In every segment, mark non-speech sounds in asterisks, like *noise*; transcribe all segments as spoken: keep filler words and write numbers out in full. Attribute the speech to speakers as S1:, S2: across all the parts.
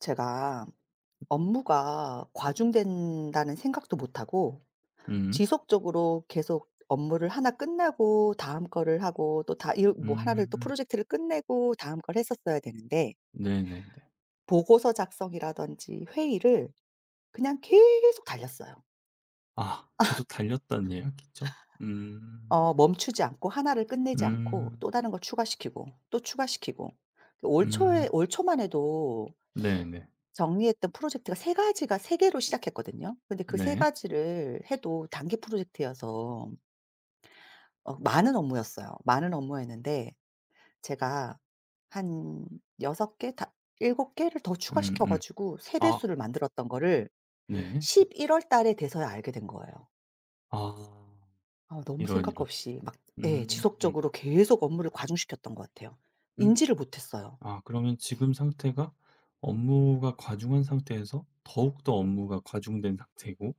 S1: 제가 업무가 과중된다는 생각도 못하고
S2: 음.
S1: 지속적으로 계속 업무를 하나 끝나고 다음 거를 하고 또 다 뭐 하나를 또
S2: 음.
S1: 프로젝트를 끝내고 다음 걸 했었어야 되는데
S2: 네네네.
S1: 보고서 작성이라든지 회의를 그냥 계속 달렸어요.
S2: 아 계속 달렸다는 이야기죠? 음.
S1: 어 멈추지 않고 하나를 끝내지 않고 또
S2: 음.
S1: 다른 걸 추가시키고 또 추가시키고 올 초에
S2: 음.
S1: 올 초만 해도
S2: 네네.
S1: 정리했던 프로젝트가 세 가지가 세 개로 시작했거든요. 근데 그 세
S2: 네.
S1: 가지를 해도 단기 프로젝트여서 어 많은 업무였어요. 많은 업무였는데 제가 한 여섯 개다곱 개를 더
S2: 음
S1: 추가시켜
S2: 음.
S1: 가지고 세
S2: 아
S1: 배수를 만들었던 거를
S2: 네.
S1: 십일월 달에 돼서야 알게 된 거예요.
S2: 아.
S1: 아 너무
S2: 이런,
S1: 생각
S2: 이런.
S1: 없이 막 예
S2: 음. 음.
S1: 지속적으로 계속 업무를 과중시켰던 것 같아요.
S2: 음.
S1: 인지를 못했어요.
S2: 아 그러면 지금 상태가 업무가 과중한 상태에서 더욱더 업무가 과중된 상태고,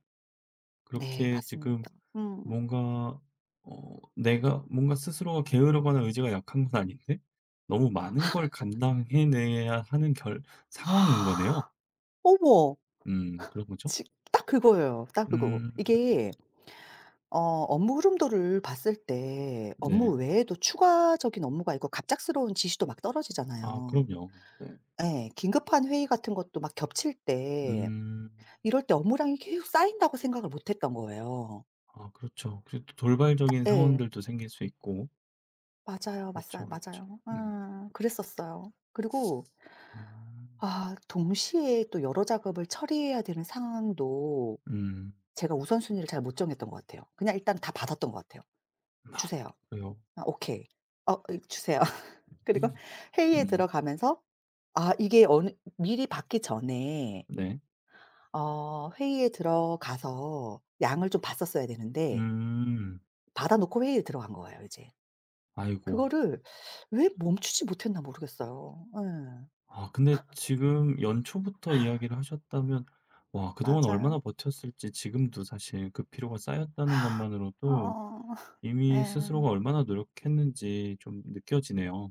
S1: 네
S2: 그렇게
S1: 맞습니다.
S2: 지금
S1: 음.
S2: 뭔가, 어 내가 뭔가 스스로가 게으르거나 의지가 약한 건 아닌데 너무 많은 걸 감당해 내야 하는 결 상황인 거네요.
S1: *gasps* 어머.
S2: 음 그런 거죠.
S1: 지 딱 그거예요. 딱 그거.
S2: 음
S1: 이게 어 업무 흐름도를 봤을 때 업무
S2: 네.
S1: 외에도 추가적인 업무가 있고 갑작스러운 지시도 막
S2: 아
S1: 떨어지잖아요.
S2: 그럼요. 네.
S1: 예. 긴급한 회의 같은 것도 막 겹칠 때
S2: 음.
S1: 이럴 때 업무량이 계속 쌓인다고 생각을 못 했던 거예요.
S2: 아 그렇죠. 그리고 또 돌발적인
S1: 예.
S2: 상황들도 생길 수 있고.
S1: 맞아요. 맞아요.
S2: 그렇죠, 그렇죠.
S1: 맞아요.
S2: 음.
S1: 아 그랬었어요. 그리고
S2: 음.
S1: 아 동시에 또 여러 작업을 처리해야 되는 상황도
S2: 음.
S1: 제가 우선순위를 잘 못 정했던 것 같아요. 그냥 일단 다 받았던 것 같아요.
S2: 아
S1: "주세요."
S2: 그래요.
S1: "아 오케이." "어 이 주세요." 그리고 회의에
S2: 음.
S1: 들어가면서 아 이게 어느 미리 받기 전에
S2: 네.
S1: 어 회의에 들어가서 양을 좀 봤었어야 되는데
S2: 음.
S1: 받아 놓고 회의에 들어간 거예요 이제.
S2: 아이고.
S1: 그거를 왜 멈추지 못했나 모르겠어요. 예.
S2: 아 근데 지금 연초부터 이야기를 하셨다면, 와 그동안
S1: 맞아요.
S2: 얼마나 버텼을지, 지금도 사실 그 피로가 쌓였다는 것만으로도
S1: 어어.
S2: 이미
S1: 예.
S2: 스스로가 얼마나 노력했는지 좀 느껴지네요.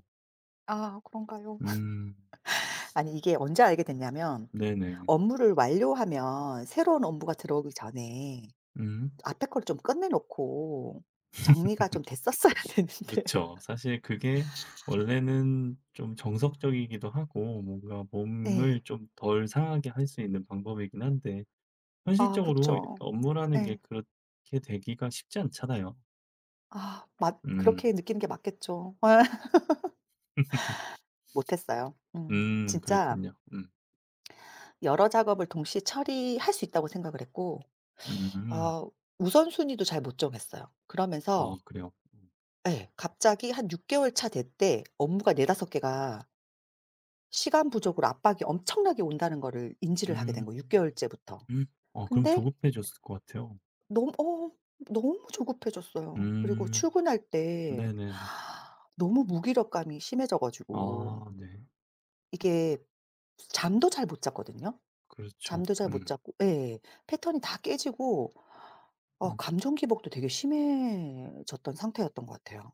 S1: 아 그런가요?
S2: 음.
S1: *laughs* 아니 이게 언제 알게 됐냐면
S2: 네네.
S1: 업무를 완료하면 새로운 업무가 들어오기 전에
S2: 음.
S1: 앞에 걸 좀 끝내 놓고 정리가 좀 됐었어야 *laughs* 되는데
S2: 그렇죠. 사실 그게 원래는 좀 정석적이기도 하고 뭔가
S1: 예.
S2: 몸을 좀 덜 상하게 할 수 있는 방법이긴 한데
S1: 아
S2: 현실적으로
S1: 그쵸.
S2: 업무라는 게
S1: 예.
S2: 그렇게 되기가 쉽지 않잖아요.
S1: 아 맞 그렇게
S2: 음.
S1: 느끼는 게 맞겠죠. *laughs* 못 했어요. 음.
S2: 음.
S1: 진짜
S2: 그랬군요. 음.
S1: 여러 작업을 동시에 처리할 수 있다고 생각을 했고
S2: 음.
S1: 어 우선순위도 잘 못 정했어요. 그러면서
S2: 아 그래요?
S1: 예 갑자기 한 육 개월 차 될 때 업무가 네다섯 개가 시간 부족으로 압박이 엄청나게 온다는 거를 인지를 하게 된
S2: 음.
S1: 거예요, 육 개월째부터.
S2: 음. 아 그럼
S1: 근데
S2: 조급해졌을 것 같아요.
S1: 너무 어 너무 조급해졌어요. 그리고
S2: 음.
S1: 출근할 때
S2: 네네네.
S1: *sighs* 너무 무기력감이 심해져 가지고
S2: 아 네.
S1: 이게 잠도 잘 못 잤거든요.
S2: 그렇죠.
S1: 잠도 잘 못
S2: 음.
S1: 자고 예. 패턴이 다 깨지고 어
S2: 음.
S1: 감정 기복도 되게 심해졌던 상태였던 것 같아요.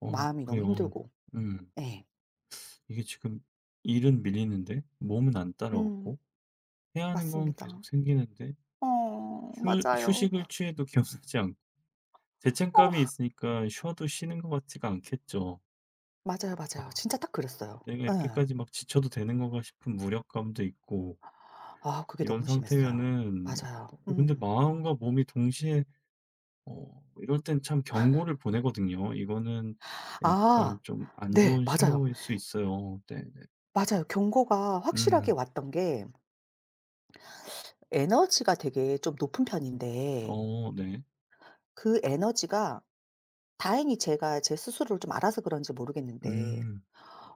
S2: 어
S1: 마음이 너무
S2: 그래요.
S1: 힘들고.
S2: 음.
S1: 예.
S2: 이게 지금 일은 밀리는데 몸은 안
S1: 음
S2: 따라오고, 해야 하는 건
S1: 맞습니다.
S2: 계속 생기는데,
S1: 어
S2: 휴
S1: 맞아요.
S2: 휴식을 취해도 *laughs* 기억나지 않고 죄책감이
S1: 어
S2: 있으니까 쉬어도 쉬는 것 같지가 않겠죠.
S1: 맞아요, 맞아요.
S2: 아
S1: 진짜 딱 그랬어요.
S2: '내가
S1: 예.
S2: 이렇게까지 막 지쳐도 되는 건가?' 싶은 무력감도 있고
S1: 아 그게
S2: 이런
S1: 너무 심했어요.
S2: 상태면은,
S1: 맞아요.
S2: 어 근데
S1: 음.
S2: 마음과 몸이 동시에, 어 이럴 땐 참 경고를 보내거든요. 이거는
S1: 아
S2: 약간 좀 안
S1: 네
S2: 좋은
S1: 맞아요.
S2: 신호일 수 있어요. 네네.
S1: 맞아요. 경고가 확실하게
S2: 음.
S1: 왔던 게 에너지가 되게 좀 높은 편인데
S2: 어 네.
S1: 그 에너지가 다행히 제가 제 스스로를 좀 알아서 그런지 모르겠는데
S2: 음.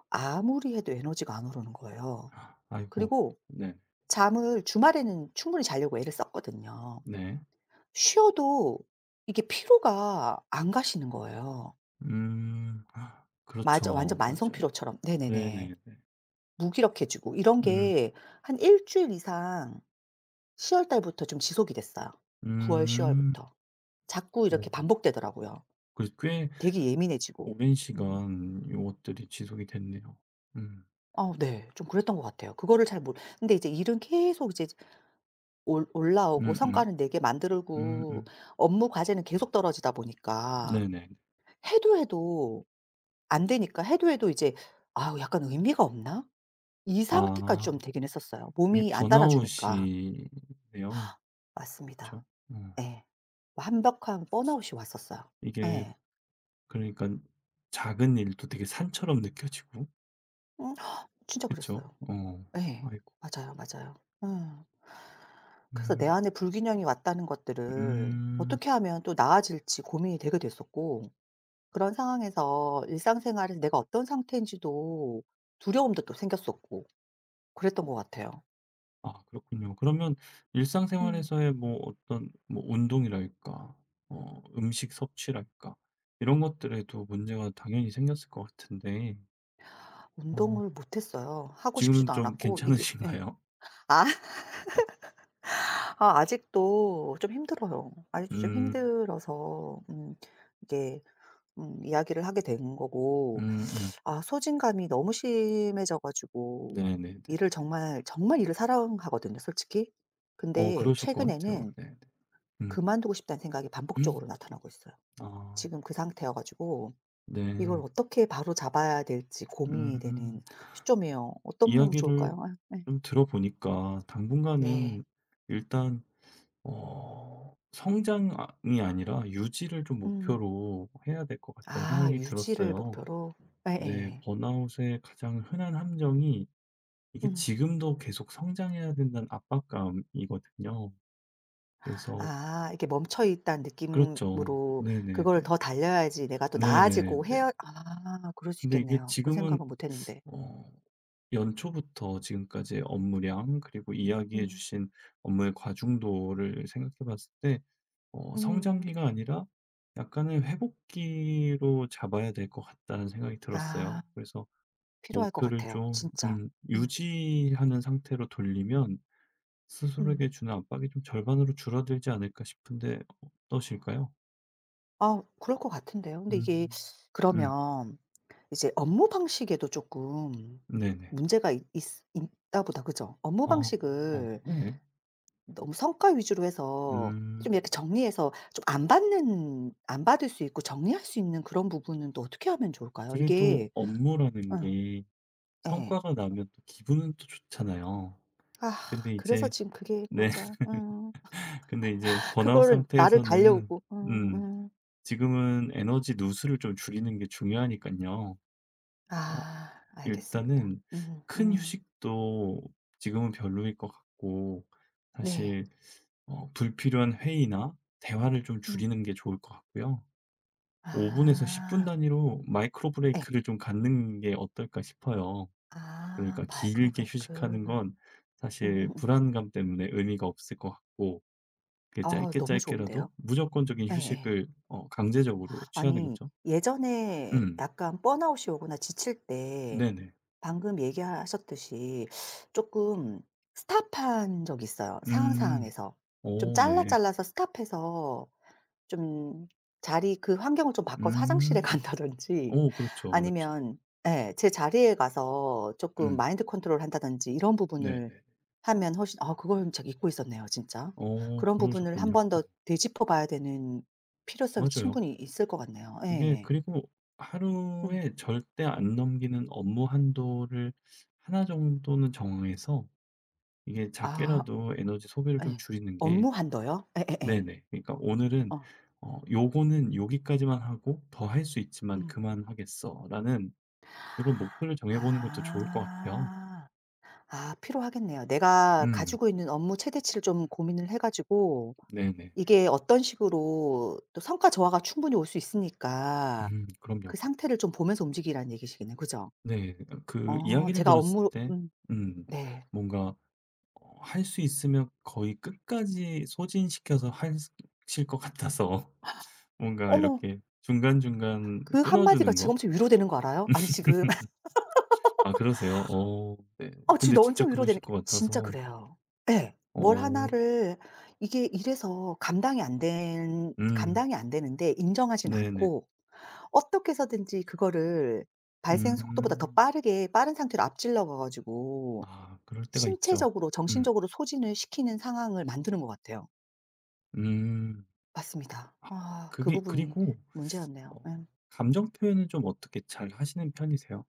S1: 아무리 해도 에너지가 안 오르는 거예요.
S2: 아이고.
S1: 그리고
S2: 네.
S1: 잠을 주말에는 충분히 자려고 애를 썼거든요.
S2: 네.
S1: 쉬어도 이게 피로가 안 가시는 거예요.
S2: 음.
S1: 맞아. 완전
S2: 그렇죠.
S1: 만성
S2: 맞아요.
S1: 피로처럼. 네네네.
S2: 네네네.
S1: 무기력해지고 이런
S2: 음.
S1: 게 한 일 주일 이상 시월 달부터 좀 지속이 됐어요. 구 월, 시
S2: 음.
S1: 월부터. 자꾸
S2: 어
S1: 이렇게 반복되더라고요.
S2: 그래서 꽤
S1: 되게 예민해지고.
S2: 오랜
S1: 음.
S2: 시간 요것들이 지속이 됐네요. 음.
S1: 아 네. 좀 그랬던 것 같아요. 그거를 잘 몰 근데 이제 일은 계속 이제 올 올라오고
S2: 음음.
S1: 성과는 내게 만들고
S2: 음음.
S1: 업무 과제는 계속 떨어지다 보니까
S2: 네네.
S1: 해도 해도 안 되니까 해도 해도 이제 '아 약간 의미가 없나?' 이 상태까지
S2: 아.
S1: 좀 되긴 했었어요.
S2: 이게
S1: 몸이 안 따라주니까.
S2: 번아웃이네요.
S1: 맞습니다.
S2: 그쵸? 음.
S1: 예. 완벽한 번아웃이 왔었어요.
S2: 이게
S1: 예.
S2: 그러니까 작은 일도 되게 산처럼 느껴지고.
S1: 음 진짜
S2: 그쵸?
S1: 그랬어요.
S2: 어.
S1: 예.
S2: 아이고.
S1: 맞아요, 맞아요. 음. 그래서 내
S2: 음.
S1: 안에 불균형이 왔다는 것들을
S2: 음.
S1: 어떻게 하면 또 나아질지 고민이 되게 됐었고 그런 상황에서 일상생활에서 내가 어떤 상태인지도 두려움도 또 생겼었고 그랬던 것 같아요.
S2: 아 그렇군요. 그러면
S1: 음.
S2: 일상생활에서의 뭐 어떤 뭐 운동이랄까, 어 음식 섭취랄까, 이런 것들에도 문제가 당연히 생겼을 것 같은데. 어
S1: 운동을 못 했어요. 하고
S2: 지금은
S1: 싶지도
S2: 좀
S1: 않았고 이게 예.
S2: 괜찮으신가요?
S1: 아 *laughs* 아 아직도 좀 힘들어요. 아직도 좀
S2: 음.
S1: 힘들어서 음 이게 음 이야기를 하게 된 거고
S2: 음음.
S1: 아 소진감이 너무 심해져 가지고
S2: 네네네.
S1: 일을 정말, 정말 일을 사랑하거든요 솔직히.
S2: 어
S1: 근데
S2: 그러실 것 같아요.
S1: 최근에는
S2: 네네.
S1: 그만두고 싶다는 생각이
S2: 음.
S1: 반복적으로 나타나고 있어요.
S2: 아
S1: 지금 그 상태여 가지고
S2: 네.
S1: 이걸 어떻게 바로잡아야 될지 고민이 되는
S2: 음
S1: 시점이에요. 어떤 몸 좋을까요?
S2: 이야기를
S1: 아 예. 네.
S2: 좀 들어보니까
S1: 네.
S2: 당분간은 일단 어 성장이 아니라 유지를 좀
S1: 음.
S2: 목표로 해야 될 것 같다는
S1: 아
S2: 생각이
S1: 유지를
S2: 들었어요.
S1: 목표로?
S2: 네.
S1: 예예.
S2: 번아웃의 가장 흔한 함정이 이게
S1: 음.
S2: 지금도 계속 성장해야 된다는 압박감이거든요. 그래서
S1: 아 이렇게 멈춰 있다는
S2: 그렇죠.
S1: 느낌으로
S2: 네네네.
S1: 그거를 더 달려야지 내가 또 나아지고
S2: 네네네.
S1: 헤어 아 그럴 수
S2: 근데 이게
S1: 있겠네요. 그
S2: 지금은,
S1: 생각은 못 했는데.
S2: 어 연초부터 지금까지의 업무량, 그리고 이야기해
S1: 음.
S2: 주신 업무의 과중도를 생각해 봤을 때, 어
S1: 음.
S2: '성장기가 아니라 약간의 회복기로 잡아야 될 것 같다.'는 생각이
S1: 아
S2: 들었어요. 그래서
S1: 필요할 것
S2: 목표를
S1: 같아요
S2: 좀
S1: 진짜.
S2: 음
S1: 음.
S2: 유지하는 상태로 돌리면
S1: 음.
S2: 스스로에게 주는 압박이 좀 절반으로 줄어들지 않을까 싶은데 어떠실까요?
S1: 아 그럴 것 같은데요. 근데 이게
S2: 음. 음.
S1: 그러면 이제 업무 방식에도 쪼끔
S2: 네네.
S1: 문제가 있 있 있나 보다. 그죠? 업무
S2: 아
S1: 방식을
S2: 네.
S1: 너무 성과 위주로 해서
S2: 음.
S1: 좀 이렇게 정리해서 좀 안 받는 안 받을 수 있고 정리할 수 있는 그런 부분은 또 어떻게 하면 좋을까요?
S2: 그래도
S1: 이게
S2: 업무라는
S1: 어
S2: 게
S1: 예.
S2: 성과가 나면 또 기분은 또 좋잖아요.
S1: 아
S2: 근데
S1: 그래서
S2: 이제
S1: 지금 그게
S2: 네.
S1: 맞아. 음.
S2: *laughs* 근데 이제 번아웃
S1: 그거를 나를
S2: 상태에서는,
S1: 달려오고 음
S2: 음
S1: 음.
S2: 지금은 에너지 누수를 좀 줄이는 게 중요하니깐요. 어
S1: 아 알겠습니다.
S2: 일단은
S1: 음
S2: 큰
S1: 음.
S2: 휴식도 지금은 별로일 것 같고,
S1: 네.
S2: 사실 어 불필요한 회의나 대화를 좀
S1: 음.
S2: 줄이는 게 좋을 것 같고요. 오 분에서 십 분
S1: 아
S2: 단위로 마이크로
S1: 예.
S2: 브레이크를 좀 갖는 게 어떨까 싶어요.
S1: 아
S2: 그러니까
S1: 마이크로
S2: 길게
S1: 브레이크.
S2: 휴식하는 건 사실
S1: 음음음.
S2: 불안감 때문에 의미가 없을 것 같고, 그게
S1: 아
S2: 짧게
S1: 너무 좋은데요.
S2: 짧게라도 무조건적인
S1: 예예.
S2: 휴식을 어 강제적으로 취하는
S1: 아니
S2: 거죠.
S1: 예전에
S2: 음.
S1: 약간 번아웃이 오거나 지칠 때
S2: 네네.
S1: 방금 얘기하셨듯이 조금 스탑한 적이 있어요 상황,
S2: 음.
S1: 상황에서. 좀
S2: 오,
S1: 잘라
S2: 네.
S1: 잘라서 스탑해서 좀 자리 그 환경을 좀 바꿔서 화장실에 *laughs*
S2: 음.
S1: 간다든지
S2: 오, 그렇죠, 그렇죠.
S1: 아니면 예 제 자리에 가서 조금
S2: 음.
S1: 마인드 컨트롤 한다든지 이런 부분을
S2: 네네.
S1: 하면 훨씬 '아 그걸 제가 잊고 있었네요 진짜.'
S2: 어
S1: 그런 부분을 한
S2: 그러셨군요.
S1: 번 더 되짚어 봐야 되는 필요성이
S2: 맞아요.
S1: 충분히 있을 것 같네요. 예.
S2: 이게
S1: 예.
S2: 그리고
S1: 음.
S2: 하루에 절대 안 넘기는 업무 한도를 하나 정도는 정해서, 이게
S1: 아
S2: 작게라도 에너지 소비를 좀
S1: 예.
S2: 줄이는 게.
S1: 업무 한도요? 예예예.
S2: 네네. 그러니까 오늘은
S1: 어.
S2: 어 "요거는 여기까지만 하고 더 할 수 있지만
S1: 음.
S2: 그만하겠어."라는 이런 목표를 정해 보는 것도 좋을 것 같아요.
S1: 아. 아 필요하겠네요. 내가
S2: 음.
S1: 가지고 있는 업무 최대치를 좀 고민을 해 가지고
S2: 네네
S1: 이게 어떤 식으로 또 성과 저하가 충분히 올 수 있으니까
S2: 음
S1: 그
S2: 그럼요.
S1: 상태를 좀 보면서 움직이라는 얘기시겠네요. 그죠?
S2: 네. 그
S1: 어
S2: 이야기를
S1: 제가
S2: 들었을
S1: 업무
S2: 때
S1: 음
S2: 음
S1: 네.
S2: 뭔가 어 할 수 있으면 거의 끝까지 소진시켜서 하실 것 같아서 *laughs* 뭔가
S1: 어머.
S2: 이렇게 중간중간
S1: 그
S2: 끊어
S1: 한마디가
S2: 주는
S1: 지금
S2: 거?
S1: 엄청 위로되는 거 알아요? 아니 지금 *laughs*
S2: 아 그러세요? 어 네.
S1: 어 지금
S2: 근데
S1: 너
S2: 진짜
S1: 엄청 위로되는
S2: 그러실
S1: 게
S2: 것
S1: 진짜
S2: 같아서.
S1: 그래요. 예. 뭘
S2: 어
S1: 하나를 이게 이래서 감당이 안 된
S2: 음
S1: 감당이 안 되는데 인정하진
S2: 네네.
S1: 않고 어떻게 해서든지 그거를 발생 속도보다 더
S2: 음.
S1: 빠르게 빠른 상태로 앞질러 가 가지고
S2: 아 그럴 때가 있죠.
S1: 신체적으로
S2: 음.
S1: 정신적으로 소진을 시키는 상황을 만드는 것 같아요.
S2: 음.
S1: 맞습니다. 아 그
S2: 그게
S1: 부분이
S2: 그리고 어
S1: 문제였네요. 음.
S2: 감정 표현은 좀 어떻게 잘 하시는 편이세요?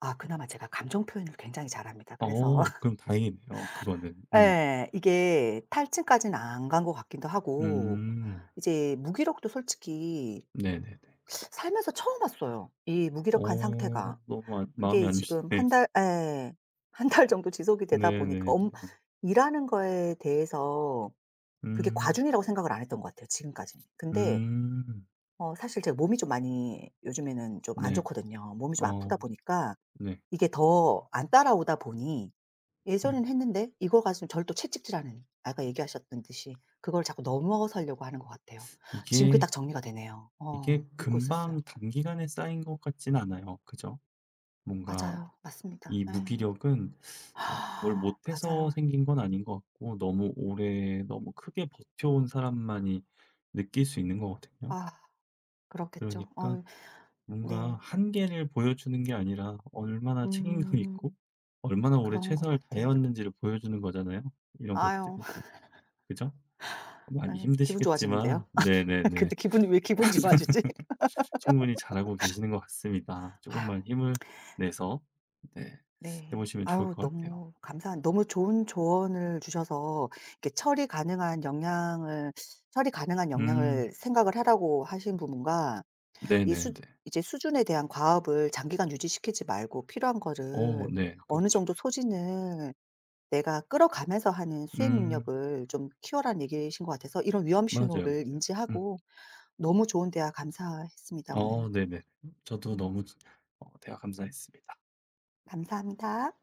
S1: 아 그나마 제가 감정 표현을 굉장히 잘합니다. 그래서
S2: 어 그럼 다행이네요 그거는. 음.
S1: 예. 이게 탈진까지는 안 간 것 같기도 하고
S2: 음.
S1: 이제 무기력도 솔직히
S2: 네네네.
S1: 살면서 처음 왔어요, 이
S2: 어
S1: 무기력한 상태가.
S2: 너무 안 마음이
S1: 그게
S2: 안
S1: 지금
S2: 좋네요.
S1: 한 달
S2: *laughs*
S1: 예. 한 달 정도 지속이 되다 보니까
S2: 네네네.
S1: 엄 일하는 거에 대해서 그게
S2: 음.
S1: 과중이라고 생각을 안 했던 것 같아요, 지금까지는. 근데
S2: 음.
S1: 어 사실 제가 몸이 좀 많이 요즘에는 좀 안
S2: 네.
S1: 좋거든요. 몸이 좀
S2: 어
S1: 아프다 보니까
S2: 네.
S1: 이게 더 안 따라오다 보니
S2: 음.
S1: 예전에는 했는데 이걸 가지고 저를 또 채찍질하는 아까 얘기하셨던 듯이 그걸 자꾸 넘어서려고 하는 것 같아요. 지금 그게
S2: 이게,
S1: 딱 정리가 되네요. 어
S2: 이게
S1: 잊고 있었어요.
S2: 금방 단기간에 쌓인 것 같진 않아요. 그죠? 뭔가
S1: 맞아요. 맞습니다.
S2: 이
S1: 예.
S2: 무기력은 어 뭘
S1: *gasps*
S2: 못해서
S1: 맞아요.
S2: 생긴 건 아닌 것 같고 너무 오래 너무 크게 버텨온 사람만이 느낄 수 있는 거거든요.
S1: 아 그렇겠죠.
S2: 그러니까
S1: 어유
S2: 뭔가
S1: 네.
S2: 한계를 보여주는 게 아니라 얼마나 책임감 있고
S1: 음
S2: 얼마나 오래
S1: 그런 것
S2: 최선을
S1: 같아.
S2: 다해왔는지를 보여주는 거잖아요, 이런
S1: 아유.
S2: 것들이. 그죠? 많이
S1: 아유 기분
S2: 힘드시겠지만
S1: 좋아지는데요. *laughs*
S2: 네네네.
S1: 근데 기분이 왜 기분 좋아지지? *laughs*
S2: 충분히 잘하고 계시는 것 같습니다. 조금
S1: 아유.
S2: 만 힘을 내서 네 해
S1: 네.
S2: 보시면 좋을
S1: 아유
S2: 것 같아요.
S1: 너무 감사한 너무 좋은 조언을 주셔서 이렇게 처리 가능한 역량을 처리 가능한
S2: 음
S1: 역량을 생각을 하라고 하신 부분과 이
S2: 네네네.
S1: 수 이제 수준에 대한 과업을 장기간 유지시키지 말고 필요한
S2: 어
S1: 거를
S2: 네.
S1: 어느
S2: 그렇죠.
S1: 정도 소진을 내가 끌어가면서 하는 수행
S2: 음.
S1: 능력을 좀 키워라는 얘기이신 것 같아서 이런 위험
S2: 맞아요,
S1: 신호를
S2: 맞아요. 음.
S1: 인지하고 너무 좋은 대화 감사했습니다 오늘.
S2: 어 네네. 저도
S1: 네.
S2: 너무 지 어 대화 감사했습니다.
S1: 감사합니다.